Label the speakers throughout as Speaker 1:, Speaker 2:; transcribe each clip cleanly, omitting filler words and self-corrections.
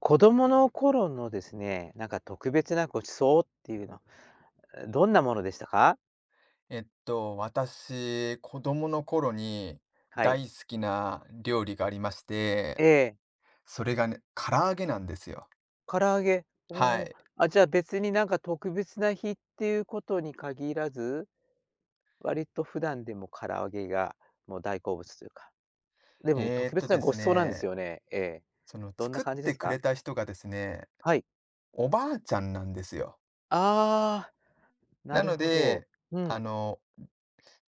Speaker 1: 子供の頃のですね、なんか特別なご馳走っていうの、どんなものでしたか？
Speaker 2: 私、子供の頃に
Speaker 1: はい。
Speaker 2: 大好きな料理がありまして、
Speaker 1: ええ、
Speaker 2: それがね、唐揚げなんですよ。
Speaker 1: 唐揚げ、お
Speaker 2: は
Speaker 1: お、
Speaker 2: い。
Speaker 1: あ、じゃあ別になんか特別な日っていうことに限らず、割と普段でも唐揚げがもう大好物というか、でも特別な
Speaker 2: で
Speaker 1: ご
Speaker 2: す
Speaker 1: 馳走なんです
Speaker 2: ね、
Speaker 1: よね？ええ。
Speaker 2: その
Speaker 1: どんな
Speaker 2: 作っ
Speaker 1: 感じで
Speaker 2: て
Speaker 1: す
Speaker 2: く
Speaker 1: か？
Speaker 2: れた人がですね、
Speaker 1: はい。
Speaker 2: おばあちゃんなんですよ。
Speaker 1: ああ、な
Speaker 2: な
Speaker 1: る
Speaker 2: の
Speaker 1: ほど。
Speaker 2: で、
Speaker 1: う
Speaker 2: あ
Speaker 1: ん。
Speaker 2: の、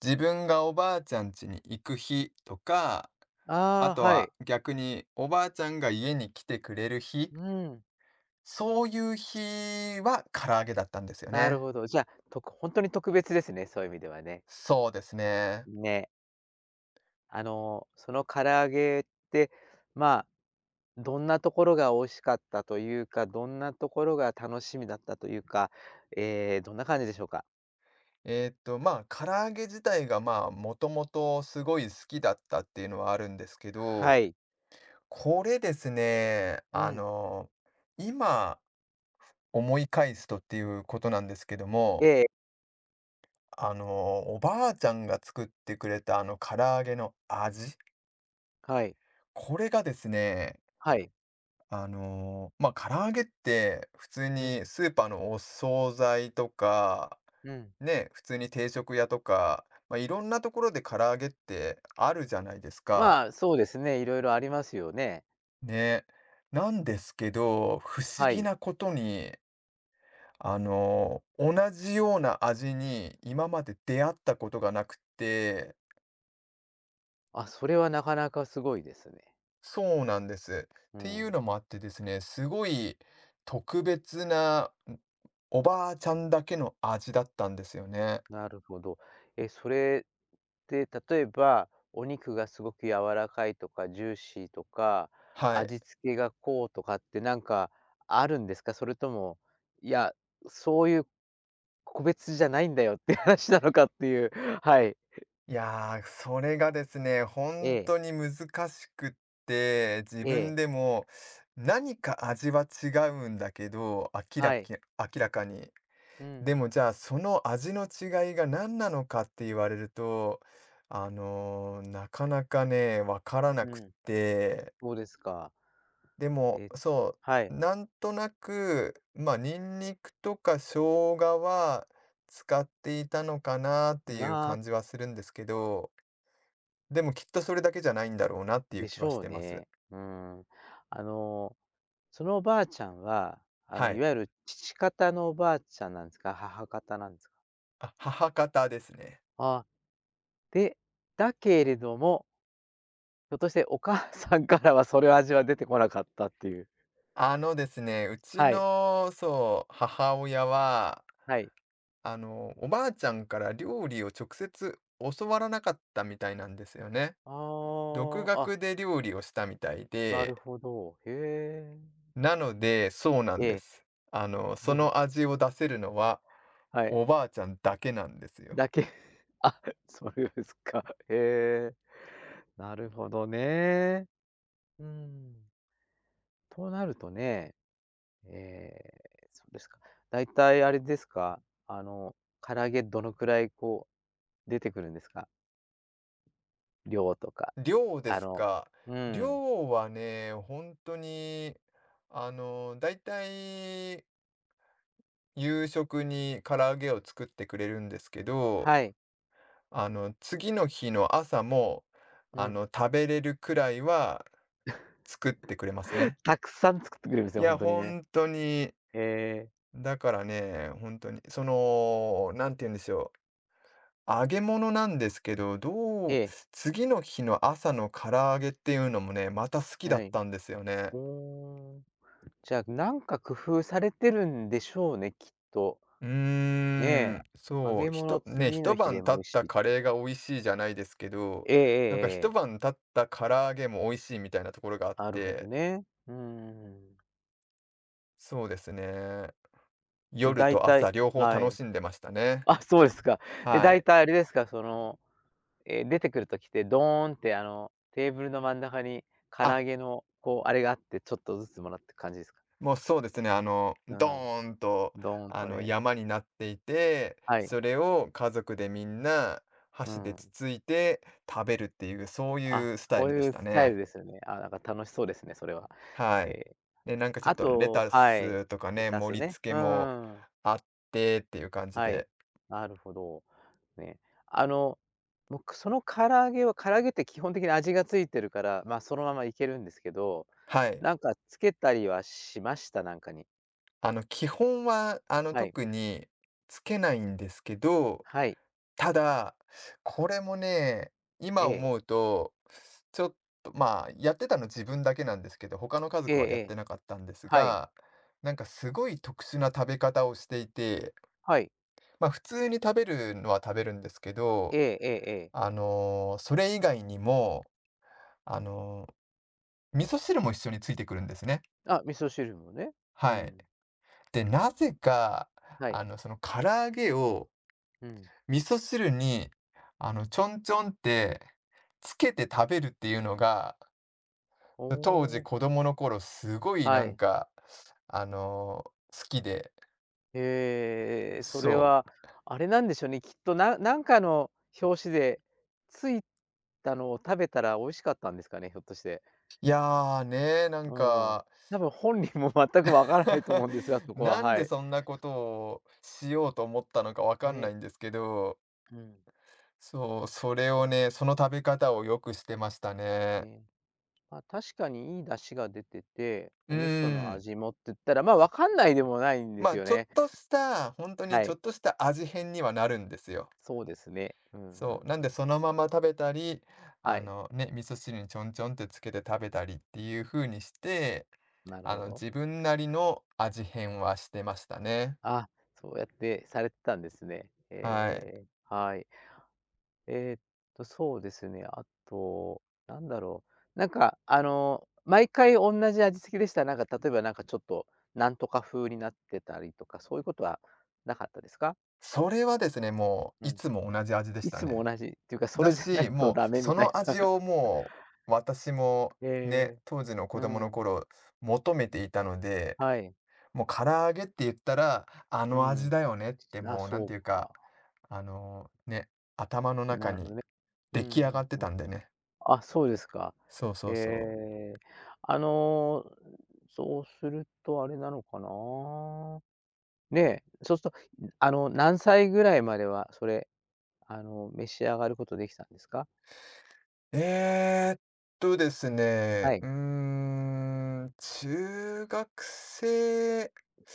Speaker 2: 自分がおばあちゃん家に行く日とか、あ
Speaker 1: ああ、
Speaker 2: と
Speaker 1: は
Speaker 2: は
Speaker 1: い。
Speaker 2: 逆におばあちゃんが家に来てくれる日、
Speaker 1: うん。
Speaker 2: そういう日は唐揚げだったんですよ
Speaker 1: なる
Speaker 2: ね。
Speaker 1: ほど。じゃあ、ほんとに特別ですね、そういう意味ではね。
Speaker 2: そうですね。
Speaker 1: ね。あの、その唐揚げって、まあ、どんなところが美味しかったというか、どんなところが楽しみだったというか、どんな感じでしょうか？
Speaker 2: まあ、唐揚げ自体が、まあ、もともとすごい好きだったっていうのはあるんですけ
Speaker 1: は
Speaker 2: ど、
Speaker 1: い。
Speaker 2: これですね、
Speaker 1: うん。
Speaker 2: 今思い返すとっていうことなんですけども、
Speaker 1: ええ、
Speaker 2: あの、おばあちゃんが作ってくれたあの唐揚げの味、
Speaker 1: はい。
Speaker 2: これがですね、
Speaker 1: はい。
Speaker 2: 唐揚げって普通
Speaker 1: う
Speaker 2: に
Speaker 1: ん、
Speaker 2: スーパーのお惣菜とか、
Speaker 1: うん。
Speaker 2: ね、普通に定食屋とか、まあ、いろんなところで唐揚げってあるじゃないですか。
Speaker 1: まあ、そうですね、いろいろありますよね。
Speaker 2: ね。なんですけど、不思
Speaker 1: は
Speaker 2: 議
Speaker 1: い。
Speaker 2: なことに、同じような味に今まで出会ったことがなくて
Speaker 1: あ、それはなかなかすごいですね。
Speaker 2: そうなんです。っ
Speaker 1: う
Speaker 2: ていう
Speaker 1: ん、
Speaker 2: のもあってですね、すごい特別な、おばあちゃんだけの味だったんですよね。
Speaker 1: なるほど。え、それで、例えば、お肉がすごく柔らかいとかジューシーとか、
Speaker 2: はい。
Speaker 1: 味付けがこうとかってなんかあるんですか？それとも、いや、そういう個別じゃないんだよっていう話なのかっていう。はい。
Speaker 2: いやー、それがですね、
Speaker 1: え
Speaker 2: 本
Speaker 1: え、
Speaker 2: 当に難しくって、自
Speaker 1: え
Speaker 2: 分
Speaker 1: え、
Speaker 2: でも何か味は違うんだけど、
Speaker 1: はい。
Speaker 2: 明らかに。
Speaker 1: う
Speaker 2: で
Speaker 1: ん、
Speaker 2: もじゃあ、その味の違いが何なのかって言われると、なかなかね、分からな
Speaker 1: う
Speaker 2: くっ
Speaker 1: ん、
Speaker 2: て。
Speaker 1: そうですか。
Speaker 2: でも、
Speaker 1: え、
Speaker 2: そ
Speaker 1: は
Speaker 2: う、
Speaker 1: い。
Speaker 2: なんとなく、ニンニクとか生姜は使っていたのかなっていう
Speaker 1: な
Speaker 2: 感じはするんですけど、でもきっとそれだけじゃないんだろうなっていう
Speaker 1: で
Speaker 2: 気
Speaker 1: し
Speaker 2: はし
Speaker 1: ょう
Speaker 2: てます。
Speaker 1: ね。うーん。あの、そのおばあちゃんは、あの、
Speaker 2: は
Speaker 1: い
Speaker 2: い。
Speaker 1: わゆる父方のおばあちゃんなんですか？母方なんですか？
Speaker 2: あ、母方ですね。
Speaker 1: あで、だけれども、ひょっとしてお母さんからはそれ味は出てこなかったっていう。
Speaker 2: あのですね、うち
Speaker 1: はい、
Speaker 2: の、そう、母親は、
Speaker 1: はい。
Speaker 2: おばあちゃんから料理を直接教わらなかったみたいなんですよね。独
Speaker 1: ああ、あ、
Speaker 2: 学で料理をしたみたい
Speaker 1: なる
Speaker 2: で
Speaker 1: ほど。へえ。
Speaker 2: なので、そうなんで
Speaker 1: え
Speaker 2: す。
Speaker 1: え。
Speaker 2: そ の味を出せるのは、
Speaker 1: はい。
Speaker 2: おばあちゃんだけなんですよ。
Speaker 1: だけ あ、そうですか。へえ。なるほどね。うーん。となるとね、ええ、そうですか。だいたいあれですか、あの、唐揚げどのくらいこう出てくるんですか？量とか、
Speaker 2: 量で
Speaker 1: あ
Speaker 2: す
Speaker 1: の
Speaker 2: か。
Speaker 1: うん。
Speaker 2: 量はね、本当に、だいたい夕食に唐揚げを作ってくれるんですけど、
Speaker 1: はい。
Speaker 2: 次の日の朝も、
Speaker 1: うん。
Speaker 2: 食べれるくらいは作ってくれますね。
Speaker 1: たくさん作ってくれるんです
Speaker 2: い
Speaker 1: よ、ほ
Speaker 2: や、
Speaker 1: んとにね。
Speaker 2: 本当に、
Speaker 1: ええ
Speaker 2: だからね、本当に、その、なんて言うんでしょう。揚げ物なんですけど、ど
Speaker 1: え
Speaker 2: う
Speaker 1: え、
Speaker 2: 次の日の朝の唐揚げっていうのもね、また好きだっ
Speaker 1: はい。
Speaker 2: たんですよね。
Speaker 1: うーん。じゃあ、なんか工夫されてるんでしょうね、きっと。
Speaker 2: うー
Speaker 1: ねえ、
Speaker 2: ん、
Speaker 1: 揚
Speaker 2: そう、
Speaker 1: げ
Speaker 2: ひ
Speaker 1: 物
Speaker 2: とね、
Speaker 1: 次
Speaker 2: 一
Speaker 1: の日
Speaker 2: 晩
Speaker 1: で
Speaker 2: 経
Speaker 1: も美
Speaker 2: っ
Speaker 1: 味し
Speaker 2: た
Speaker 1: いっ
Speaker 2: カ
Speaker 1: て。
Speaker 2: レーが美味しいじゃないですけど、
Speaker 1: ええええ
Speaker 2: なんか一
Speaker 1: ええ。
Speaker 2: 晩経った唐揚げも美味しいみたいなところがあっ
Speaker 1: なるほど
Speaker 2: て、
Speaker 1: ね。うん。
Speaker 2: そうですね。
Speaker 1: で、
Speaker 2: 夜
Speaker 1: 大
Speaker 2: と
Speaker 1: 体
Speaker 2: 朝両方
Speaker 1: は
Speaker 2: 楽
Speaker 1: い。
Speaker 2: しんでましたね。
Speaker 1: あ、そうですか。で、
Speaker 2: は
Speaker 1: 大
Speaker 2: い。
Speaker 1: 体あれですか、その、え、出てくる時ってドーンって、あの、テーブルの真ん中に唐
Speaker 2: あ
Speaker 1: 揚げの、こう、あれがあって、ちょっとずつもらってく感じですか？
Speaker 2: もうそうですね、
Speaker 1: う
Speaker 2: ド
Speaker 1: ん、
Speaker 2: ーンと、
Speaker 1: ドーンとね。
Speaker 2: 山になっていて、
Speaker 1: はい、
Speaker 2: それを家族でみんな
Speaker 1: う
Speaker 2: 箸でつ
Speaker 1: ん。
Speaker 2: ついて食べるっていう、そう
Speaker 1: あ、
Speaker 2: いうスタイ
Speaker 1: そ
Speaker 2: ル
Speaker 1: う
Speaker 2: で
Speaker 1: い
Speaker 2: し
Speaker 1: う
Speaker 2: た
Speaker 1: スタイル
Speaker 2: ね。
Speaker 1: ですよね。あ、なんか楽しそうですね、それは。
Speaker 2: は
Speaker 1: え
Speaker 2: い。
Speaker 1: え、
Speaker 2: で、なんかちょっ
Speaker 1: あ
Speaker 2: とレ
Speaker 1: と
Speaker 2: タ
Speaker 1: はい、
Speaker 2: スとか
Speaker 1: レ
Speaker 2: ね、
Speaker 1: タス
Speaker 2: 盛り
Speaker 1: ね。
Speaker 2: 付
Speaker 1: う
Speaker 2: けも
Speaker 1: ーん、
Speaker 2: あってっていう感じ
Speaker 1: はい。
Speaker 2: で。
Speaker 1: なるほど。ね。あの、僕その唐揚げは唐揚げって基本的に味が付いてるから、ま、そのままいけるんですけど、
Speaker 2: はい。
Speaker 1: なんかつけたりはしました？なんかに。
Speaker 2: 基本は、
Speaker 1: はい。
Speaker 2: 特につけないんですけど、
Speaker 1: はい。
Speaker 2: ただ、これもね、今
Speaker 1: ええ。
Speaker 2: 思うとちょっと、まあ、やってたの自分だけなんですけど、他の家
Speaker 1: ええ
Speaker 2: 族はや
Speaker 1: え
Speaker 2: って
Speaker 1: え。
Speaker 2: なかったんです
Speaker 1: はい。
Speaker 2: が、なんかすごい特殊な食べ方をしていて、
Speaker 1: はい。
Speaker 2: まあ、普通に食べるのは食べるんですけ
Speaker 1: え
Speaker 2: ど、
Speaker 1: えええええ。
Speaker 2: それ以外にも、あの、味噌汁も一緒についてくるんですね。
Speaker 1: あ、味噌汁もね。う
Speaker 2: はい。
Speaker 1: ん。
Speaker 2: で、なぜか、
Speaker 1: はい。
Speaker 2: その唐揚げを
Speaker 1: うん。
Speaker 2: 味噌汁に、ちょんちょんってつけて食べるっていうのが、
Speaker 1: お
Speaker 2: 当時
Speaker 1: お、
Speaker 2: 子供の頃すごい
Speaker 1: は
Speaker 2: なん
Speaker 1: い。
Speaker 2: か、あの、好きで、
Speaker 1: へえ、それ
Speaker 2: そう。
Speaker 1: は、あれなんでしょうね、きっとなんかの表紙でついたのを食べたら美味しかったんですかね、ひょっとして。
Speaker 2: いや、ね、なん
Speaker 1: うん。多
Speaker 2: か
Speaker 1: 分本人も全くわからないと思うんですが、そこは、
Speaker 2: なん
Speaker 1: は
Speaker 2: で
Speaker 1: い。
Speaker 2: そんなことをしようと思ったのかわかんない
Speaker 1: ね、
Speaker 2: んですけど、
Speaker 1: うん、
Speaker 2: そう、それをね、その食べ方をよくしてましたね。
Speaker 1: ね。まあ、確かにいい出汁が出てて、
Speaker 2: う
Speaker 1: お味噌
Speaker 2: ー
Speaker 1: の
Speaker 2: ん。
Speaker 1: 味もって言ったら、まあ、わかんないでもないんで
Speaker 2: ま
Speaker 1: す
Speaker 2: あ、
Speaker 1: よ
Speaker 2: ちょっ
Speaker 1: ね。
Speaker 2: とした、本当に
Speaker 1: は
Speaker 2: ちょっ
Speaker 1: い、
Speaker 2: とした味変にはなるんですよ。
Speaker 1: そうですね。うんう
Speaker 2: そう、
Speaker 1: ん
Speaker 2: なん
Speaker 1: う
Speaker 2: で
Speaker 1: ん。
Speaker 2: そのまま食べたり、
Speaker 1: は
Speaker 2: あ
Speaker 1: い、
Speaker 2: のね、味噌汁にちょんちょんってつけて食べたりっていう風にして、
Speaker 1: なる
Speaker 2: あ
Speaker 1: ほ
Speaker 2: の
Speaker 1: ど。
Speaker 2: 自分なりの味変はしてましたね。
Speaker 1: あ、そうやってされてたんですね。
Speaker 2: は
Speaker 1: え
Speaker 2: い。
Speaker 1: え、はい。えーっそうですね。あと、なんだろう。なんか、あの、毎回同じ味付けでした。なんか、例えば、なんか、ちょっと、なんとか風になってたりとか、そういうことはなかったですか？
Speaker 2: それはですね、も
Speaker 1: う
Speaker 2: うい
Speaker 1: ん。
Speaker 2: つも同じ味でし
Speaker 1: い
Speaker 2: た
Speaker 1: つも
Speaker 2: ね。
Speaker 1: 同じっていうか、そ
Speaker 2: だ
Speaker 1: れじゃな
Speaker 2: し、
Speaker 1: いと
Speaker 2: もう
Speaker 1: ダメみ
Speaker 2: そ
Speaker 1: たい
Speaker 2: の
Speaker 1: な。
Speaker 2: 味をもう私も ね、
Speaker 1: ええ、
Speaker 2: 当時の子
Speaker 1: う
Speaker 2: 供の
Speaker 1: ん。
Speaker 2: 頃求めていたので、
Speaker 1: はい。
Speaker 2: もう唐揚げって言ったらあ
Speaker 1: う
Speaker 2: の味
Speaker 1: ん。
Speaker 2: だよねって
Speaker 1: あ、
Speaker 2: もうなん
Speaker 1: そ
Speaker 2: ていう
Speaker 1: う
Speaker 2: か、
Speaker 1: か。
Speaker 2: あのね、頭の中
Speaker 1: なるほど
Speaker 2: に
Speaker 1: ね。う
Speaker 2: 出
Speaker 1: んう
Speaker 2: 来上がっ
Speaker 1: ん
Speaker 2: て
Speaker 1: うん。
Speaker 2: たんでね。
Speaker 1: あ、そうですか。
Speaker 2: そうそ
Speaker 1: え
Speaker 2: うそう。
Speaker 1: え、あの、そうするとあれなのかな？ね、そうすると、あの、何歳ぐらいまでは、それ、あの、召し上がることできたんですか？
Speaker 2: えーっです
Speaker 1: は
Speaker 2: ね、
Speaker 1: い、
Speaker 2: うーん、中学生、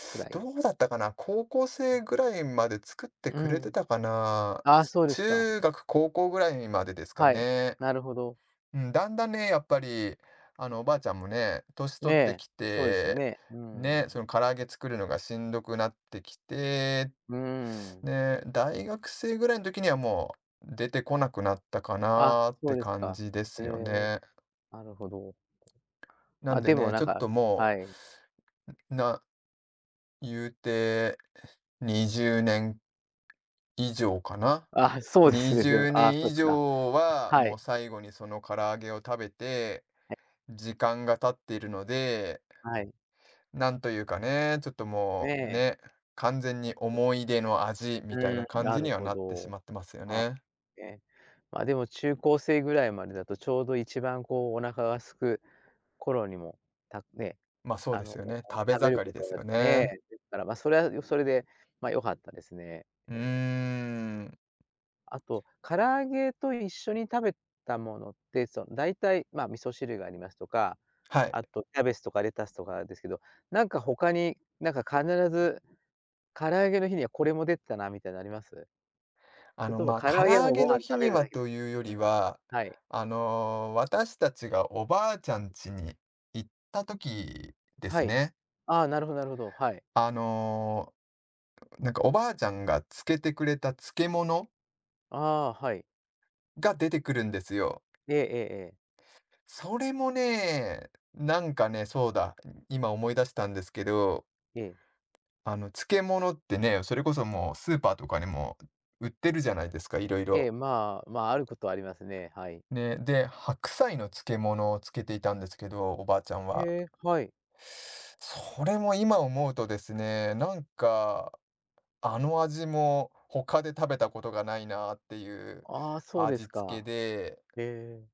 Speaker 1: くらい。
Speaker 2: どうだったかな高校生ぐらいまで作って
Speaker 1: う
Speaker 2: くれて
Speaker 1: ん。
Speaker 2: たかな
Speaker 1: ああ、そうですか。
Speaker 2: 中学、高校ぐらいまでですか
Speaker 1: はい、
Speaker 2: ね。
Speaker 1: なるほど。
Speaker 2: うん、だんだんね、やっぱり、おばあちゃんもね、年
Speaker 1: ね
Speaker 2: 取って
Speaker 1: え、
Speaker 2: き
Speaker 1: そうです
Speaker 2: て、
Speaker 1: ね。う
Speaker 2: ね、
Speaker 1: ん。
Speaker 2: その唐揚げ作るのがしんどくなってきてっ
Speaker 1: うーん。
Speaker 2: で、大学生ぐらいの時にはもう出てこなくなったか
Speaker 1: あ、
Speaker 2: なーっ
Speaker 1: そう
Speaker 2: て
Speaker 1: です
Speaker 2: 感
Speaker 1: か。
Speaker 2: じです
Speaker 1: え
Speaker 2: よ
Speaker 1: え、
Speaker 2: ね。
Speaker 1: なるほど。
Speaker 2: なん
Speaker 1: ま、
Speaker 2: で
Speaker 1: でも
Speaker 2: ね、ち
Speaker 1: なん
Speaker 2: ょっ
Speaker 1: か
Speaker 2: とも
Speaker 1: はい。
Speaker 2: う、言うて20年以上かな。
Speaker 1: あ、そうですね、でも、
Speaker 2: 20
Speaker 1: ああ、そ
Speaker 2: 年
Speaker 1: う
Speaker 2: 以
Speaker 1: ですか。
Speaker 2: 上は
Speaker 1: は
Speaker 2: もう
Speaker 1: い。
Speaker 2: 最後にその唐揚げを食べて
Speaker 1: え、
Speaker 2: 時間が経っているので、
Speaker 1: はい。
Speaker 2: なんというかね、ちょっと
Speaker 1: ね
Speaker 2: もう
Speaker 1: え。
Speaker 2: ね、完全に思い出の味
Speaker 1: う
Speaker 2: みたい
Speaker 1: ー
Speaker 2: な
Speaker 1: ん、
Speaker 2: 感
Speaker 1: な
Speaker 2: じに
Speaker 1: る
Speaker 2: は
Speaker 1: ほ
Speaker 2: なってし
Speaker 1: ど。
Speaker 2: まってますよね。
Speaker 1: ええ。ま、でも中高生ぐらいまでだと、ちょうど一番こうお腹がすく頃にも、たね、
Speaker 2: まあそう
Speaker 1: あ
Speaker 2: で
Speaker 1: の、
Speaker 2: すよね。食べ
Speaker 1: 食べる
Speaker 2: 盛り
Speaker 1: こ
Speaker 2: で
Speaker 1: と
Speaker 2: す
Speaker 1: が
Speaker 2: よ
Speaker 1: ね、
Speaker 2: ね。
Speaker 1: ですから、ま、それはそれで、ま、良かったですね。
Speaker 2: う
Speaker 1: ええ、
Speaker 2: ーん、
Speaker 1: あと、唐揚げと一緒に食べたものって、その、大体、ま、味噌汁がありますとか、
Speaker 2: はい。
Speaker 1: あとキャベツとかレタスとかですけど、なんか他に、なんか必ず唐揚げの日にはこれも出てたなみたいなのあります？それとも唐
Speaker 2: 唐
Speaker 1: 揚げは
Speaker 2: 揚
Speaker 1: もう
Speaker 2: げ
Speaker 1: ご
Speaker 2: の
Speaker 1: 飯
Speaker 2: 日
Speaker 1: 食
Speaker 2: に
Speaker 1: べる
Speaker 2: は
Speaker 1: だけみ
Speaker 2: と
Speaker 1: た
Speaker 2: いうよ
Speaker 1: いな。
Speaker 2: り
Speaker 1: うん。
Speaker 2: は、
Speaker 1: はい。
Speaker 2: 私たちがおばあちゃん家に行った時で
Speaker 1: は
Speaker 2: す
Speaker 1: い。
Speaker 2: ね。
Speaker 1: ああ、なるほどなるほど。はい。
Speaker 2: あの、なんかおばあちゃんが漬けてくれた漬物
Speaker 1: ああ、はい。
Speaker 2: が出てくるんですよ。
Speaker 1: ええええええ。
Speaker 2: それもね、なんかね、そうだ、今思い出したんですけど、
Speaker 1: ええ。
Speaker 2: 漬物ってね、それこそもうスーパーとかにも売ってるじゃないですか、いろい
Speaker 1: え
Speaker 2: ろ
Speaker 1: え、まあ、まあ、あることはありますね、はい。
Speaker 2: ね、で、白菜の漬物をつけていたんですけど、おばあちゃん
Speaker 1: え
Speaker 2: は。
Speaker 1: え、はい。
Speaker 2: それも今思うとですね、なんか、あの味も他で食べたことがないなっていう
Speaker 1: ああ、そうで
Speaker 2: 味
Speaker 1: す
Speaker 2: 付け
Speaker 1: か。
Speaker 2: で、
Speaker 1: ええ、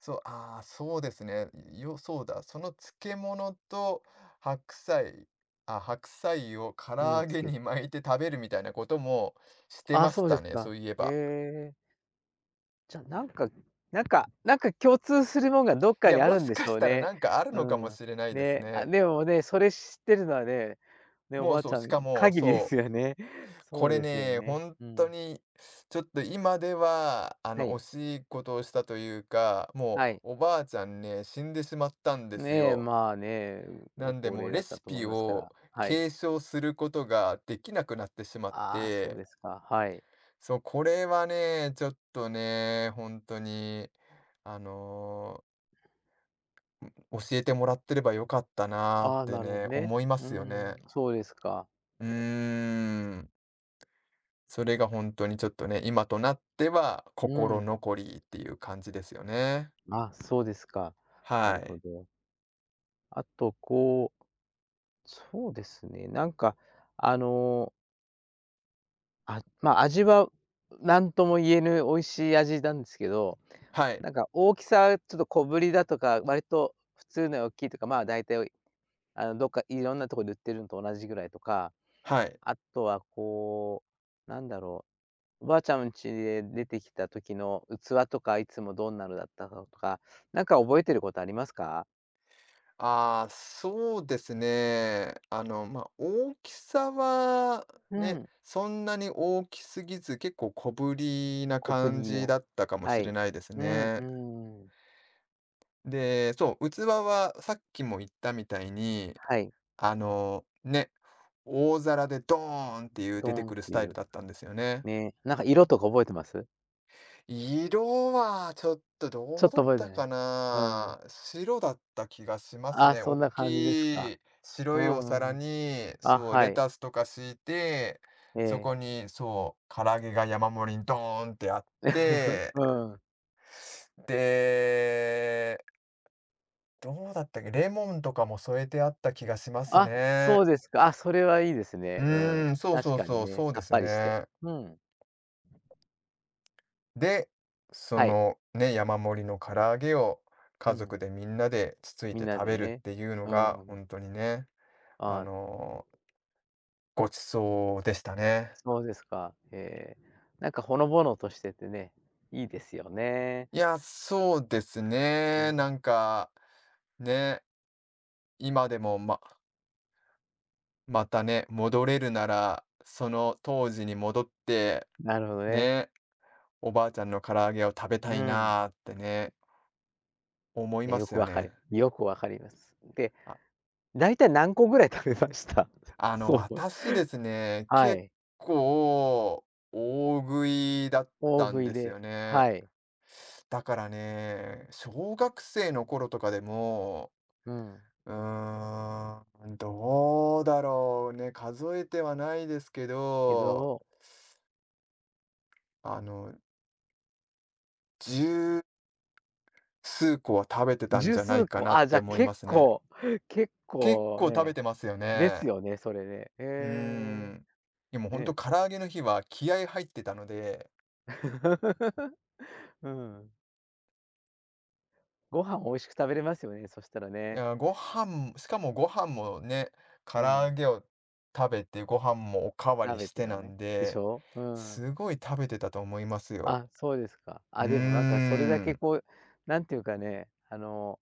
Speaker 2: そう、ああ、そうですね。よ、そうだ。その漬物と白菜、あ、白菜を唐
Speaker 1: うん、
Speaker 2: 揚げ
Speaker 1: 次。
Speaker 2: に巻いて食べるみたいなこともして
Speaker 1: ああ、
Speaker 2: まし
Speaker 1: そうで
Speaker 2: た
Speaker 1: す
Speaker 2: ね、そ
Speaker 1: か。
Speaker 2: ういえ
Speaker 1: へ
Speaker 2: ば。
Speaker 1: え。じゃ、なんか共通するもんがどっ
Speaker 2: い
Speaker 1: か
Speaker 2: や、
Speaker 1: にあ
Speaker 2: も
Speaker 1: るん
Speaker 2: し
Speaker 1: で
Speaker 2: か
Speaker 1: し
Speaker 2: し
Speaker 1: ょう
Speaker 2: たら
Speaker 1: ね。
Speaker 2: なんかある
Speaker 1: う
Speaker 2: のかも
Speaker 1: ん。
Speaker 2: しれないです
Speaker 1: ね、あ、
Speaker 2: ね。
Speaker 1: でもね、それ知ってるのはね、ね、お
Speaker 2: もう、
Speaker 1: ばあ
Speaker 2: そ
Speaker 1: ち
Speaker 2: う、
Speaker 1: ゃ
Speaker 2: し
Speaker 1: ん
Speaker 2: かも、
Speaker 1: 限りで
Speaker 2: そ
Speaker 1: すよね。
Speaker 2: う、こ
Speaker 1: そう
Speaker 2: れ
Speaker 1: ですよ
Speaker 2: ね、
Speaker 1: ね。
Speaker 2: 本
Speaker 1: う
Speaker 2: 当
Speaker 1: ん。
Speaker 2: にちょっと今では、
Speaker 1: は
Speaker 2: 惜
Speaker 1: い、
Speaker 2: しいことをしたというか、も
Speaker 1: はい。
Speaker 2: うおばあちゃんね、死んでしまったんです
Speaker 1: ねえ、
Speaker 2: よ。
Speaker 1: まあね、
Speaker 2: な
Speaker 1: ご
Speaker 2: んで、
Speaker 1: 高
Speaker 2: もう
Speaker 1: 齢だ
Speaker 2: レ
Speaker 1: った
Speaker 2: シ
Speaker 1: と思
Speaker 2: ピ
Speaker 1: いますか
Speaker 2: を
Speaker 1: ら。はい。
Speaker 2: 継承することができなくなってしまっ
Speaker 1: ああ、そう
Speaker 2: て、
Speaker 1: ですか、はい。
Speaker 2: そう、これはね、ちょっとね、本当に、あの、教えてもらってればよかったなーっ
Speaker 1: ああ、
Speaker 2: て
Speaker 1: なるほ
Speaker 2: ね、
Speaker 1: どね。
Speaker 2: 思いま
Speaker 1: う
Speaker 2: すよ
Speaker 1: ん、
Speaker 2: ね。
Speaker 1: そうですか。
Speaker 2: う
Speaker 1: えー
Speaker 2: ーん。それが本当にちょっとね、今となっては
Speaker 1: う
Speaker 2: 心
Speaker 1: ん。
Speaker 2: 残りっていう感じですよね。
Speaker 1: あ、そうですか。な
Speaker 2: は
Speaker 1: る
Speaker 2: い。
Speaker 1: ほど。あと、こう、そうですね、なんか、あのー、あ、まあ、味は何とも言えぬ美味しい味なんですけど、
Speaker 2: はい。
Speaker 1: なんか大きさ、ちょっと小ぶりだとか、割と普通のより大きいとか、まあ、大体、あの、どっかいろんなところで売ってるのと同じぐらいとか、
Speaker 2: はい。
Speaker 1: あとはこう、なんだろうおばあちゃん家で出てきた時の器とか、いつもどんなのだったかとか、なんか覚えてることありますか？
Speaker 2: ああ、そうですね。まあ、大きさは
Speaker 1: う
Speaker 2: ね、
Speaker 1: ん。
Speaker 2: そんなに大きすぎず、結構小ぶりな
Speaker 1: コプ
Speaker 2: 感
Speaker 1: リ
Speaker 2: じ
Speaker 1: の
Speaker 2: だったかも
Speaker 1: は
Speaker 2: しれ
Speaker 1: い。
Speaker 2: ないです
Speaker 1: うん
Speaker 2: ね。
Speaker 1: うん。
Speaker 2: で、そう、器はさっきも言ったみたいに、
Speaker 1: はい。
Speaker 2: ね、大皿でドーンっていう
Speaker 1: ド
Speaker 2: 出
Speaker 1: ー
Speaker 2: て
Speaker 1: ン
Speaker 2: く
Speaker 1: っ
Speaker 2: るス
Speaker 1: てい
Speaker 2: タイル
Speaker 1: う、
Speaker 2: だったんですよね。
Speaker 1: ね。なんか色とか覚えてます？
Speaker 2: 色はちょっと
Speaker 1: ちょ
Speaker 2: どう
Speaker 1: っ
Speaker 2: だ
Speaker 1: と
Speaker 2: っ
Speaker 1: 覚えて
Speaker 2: た
Speaker 1: な
Speaker 2: か
Speaker 1: い。うん。
Speaker 2: な。白だった気がします
Speaker 1: あ、
Speaker 2: ね。
Speaker 1: そ
Speaker 2: お
Speaker 1: ん
Speaker 2: っ
Speaker 1: な感じです
Speaker 2: き
Speaker 1: か。
Speaker 2: い
Speaker 1: う
Speaker 2: 白いお
Speaker 1: ん
Speaker 2: 皿
Speaker 1: うん。
Speaker 2: に、
Speaker 1: あ、
Speaker 2: そう、
Speaker 1: は
Speaker 2: レ
Speaker 1: い。
Speaker 2: タスとか敷いて、
Speaker 1: え
Speaker 2: そ
Speaker 1: え。
Speaker 2: こに、そう、唐揚げが山盛りにドーンってあっ て、
Speaker 1: うん。
Speaker 2: で、どうだったっけ、レモンとかも添えてあった気がします
Speaker 1: あ、そ
Speaker 2: ね。
Speaker 1: うですか。あ、それはいいです
Speaker 2: う
Speaker 1: ね。うん。
Speaker 2: ーん、そう
Speaker 1: 確
Speaker 2: そう
Speaker 1: かに
Speaker 2: そう、
Speaker 1: ね、
Speaker 2: そうで
Speaker 1: さっ
Speaker 2: す
Speaker 1: ぱりして。
Speaker 2: ね。
Speaker 1: うん。
Speaker 2: で、そ
Speaker 1: はい。
Speaker 2: のね、山盛りの唐揚げを
Speaker 1: う
Speaker 2: 家
Speaker 1: ん。
Speaker 2: 族でみんなでつつい
Speaker 1: みん
Speaker 2: て
Speaker 1: な
Speaker 2: 食
Speaker 1: で
Speaker 2: べるっ
Speaker 1: ね。
Speaker 2: ていうの
Speaker 1: う
Speaker 2: が、
Speaker 1: ん。
Speaker 2: 本当にね、あ
Speaker 1: ああ、
Speaker 2: の、ご馳走でしたね。
Speaker 1: そうですか。ええ。なんかほのぼのとしててね、いいですよね。
Speaker 2: いや、そうです
Speaker 1: う
Speaker 2: ね。
Speaker 1: ん、
Speaker 2: なんか、ね、今でも、ままたね、戻れるなら、その当時に戻って、
Speaker 1: なるほどね。
Speaker 2: ね、おばあちゃんの唐揚げを食べた
Speaker 1: う
Speaker 2: い
Speaker 1: ん。
Speaker 2: なーってね、思い
Speaker 1: いや、
Speaker 2: ま
Speaker 1: よ
Speaker 2: す
Speaker 1: く
Speaker 2: よ
Speaker 1: わかる
Speaker 2: ね。
Speaker 1: よくわかります。で、
Speaker 2: あ
Speaker 1: だいたい何個ぐらい食べました？
Speaker 2: あの、
Speaker 1: そう
Speaker 2: 私ですね、
Speaker 1: は
Speaker 2: 結
Speaker 1: い。
Speaker 2: 構大食いだっ
Speaker 1: 大
Speaker 2: たん
Speaker 1: 食い
Speaker 2: です
Speaker 1: で、
Speaker 2: よね。
Speaker 1: はい。
Speaker 2: だからね、小学生の頃とかでも、
Speaker 1: うん。
Speaker 2: うーん、どうだろうね、数えてはないですけ
Speaker 1: け
Speaker 2: ど、
Speaker 1: ど、
Speaker 2: あの、十数個は食べてたん
Speaker 1: 十
Speaker 2: じゃ
Speaker 1: 数
Speaker 2: ないか
Speaker 1: 個、
Speaker 2: なっ
Speaker 1: あ、じ
Speaker 2: て
Speaker 1: ゃ、
Speaker 2: 思いま
Speaker 1: 結
Speaker 2: すね。
Speaker 1: 構結
Speaker 2: 結
Speaker 1: 構
Speaker 2: 構食べ
Speaker 1: ね、
Speaker 2: てますよ
Speaker 1: です
Speaker 2: ね。
Speaker 1: よね、それね。
Speaker 2: うー
Speaker 1: へ
Speaker 2: ん。でも
Speaker 1: え、
Speaker 2: ほんと
Speaker 1: ね。
Speaker 2: 唐揚げの日は気合入ってたので
Speaker 1: うん。ご飯美味しく食べれますよね、そしたら
Speaker 2: い
Speaker 1: ね。
Speaker 2: や、ご飯しかもご飯もね、唐
Speaker 1: う
Speaker 2: 揚
Speaker 1: ん。
Speaker 2: げを食べて、ご飯もおかわ
Speaker 1: 食
Speaker 2: り
Speaker 1: べ
Speaker 2: し
Speaker 1: て
Speaker 2: て
Speaker 1: でも
Speaker 2: な
Speaker 1: ね。
Speaker 2: ん
Speaker 1: でし
Speaker 2: で、
Speaker 1: ょ？うん。
Speaker 2: すごい食べてたと思いますよ。
Speaker 1: あ、そうですか。
Speaker 2: うー
Speaker 1: あ、でもなんかそれだけ
Speaker 2: ん。
Speaker 1: こう、なんていうかね、あの、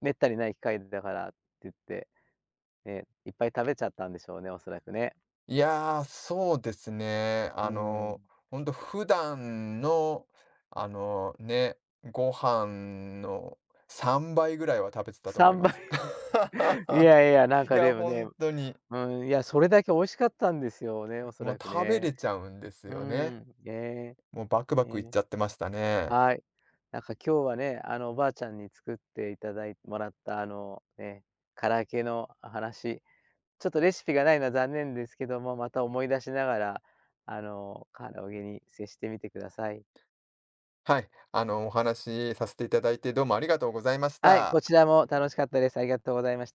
Speaker 1: 滅多にない機会だからって言って、ね、いっぱい食べちゃったんでしょうね、おそらくね。
Speaker 2: いやー、そうですね。
Speaker 1: うーん。
Speaker 2: ほんと普段の、ね、ご飯の3倍ぐらいは食べてたと思い
Speaker 1: 3
Speaker 2: ます。
Speaker 1: 倍。いやいや、なん
Speaker 2: い
Speaker 1: か
Speaker 2: や、
Speaker 1: でもね、
Speaker 2: 本
Speaker 1: う
Speaker 2: 当に、
Speaker 1: ーん、いや、それだけ美味しかったんですよね、おそ
Speaker 2: もう
Speaker 1: らく
Speaker 2: 食べ
Speaker 1: ね。
Speaker 2: れちゃうんです
Speaker 1: うー
Speaker 2: よね。
Speaker 1: ん、ね、
Speaker 2: もうバクバクいっ
Speaker 1: ね、
Speaker 2: ちゃってましたね。
Speaker 1: はい。なんか今日はね、あの、おばあちゃんに作っていただいもらったあの、ね、から揚の話ちょっとレシピがないのは残念ですけども、また思い出しながら、あの、カラオケに接してみてください。
Speaker 2: はい、お話しさせていただいて、どうもありがとうございまし
Speaker 1: はい、
Speaker 2: た。
Speaker 1: こちらも楽しかったです。ありがとうございました。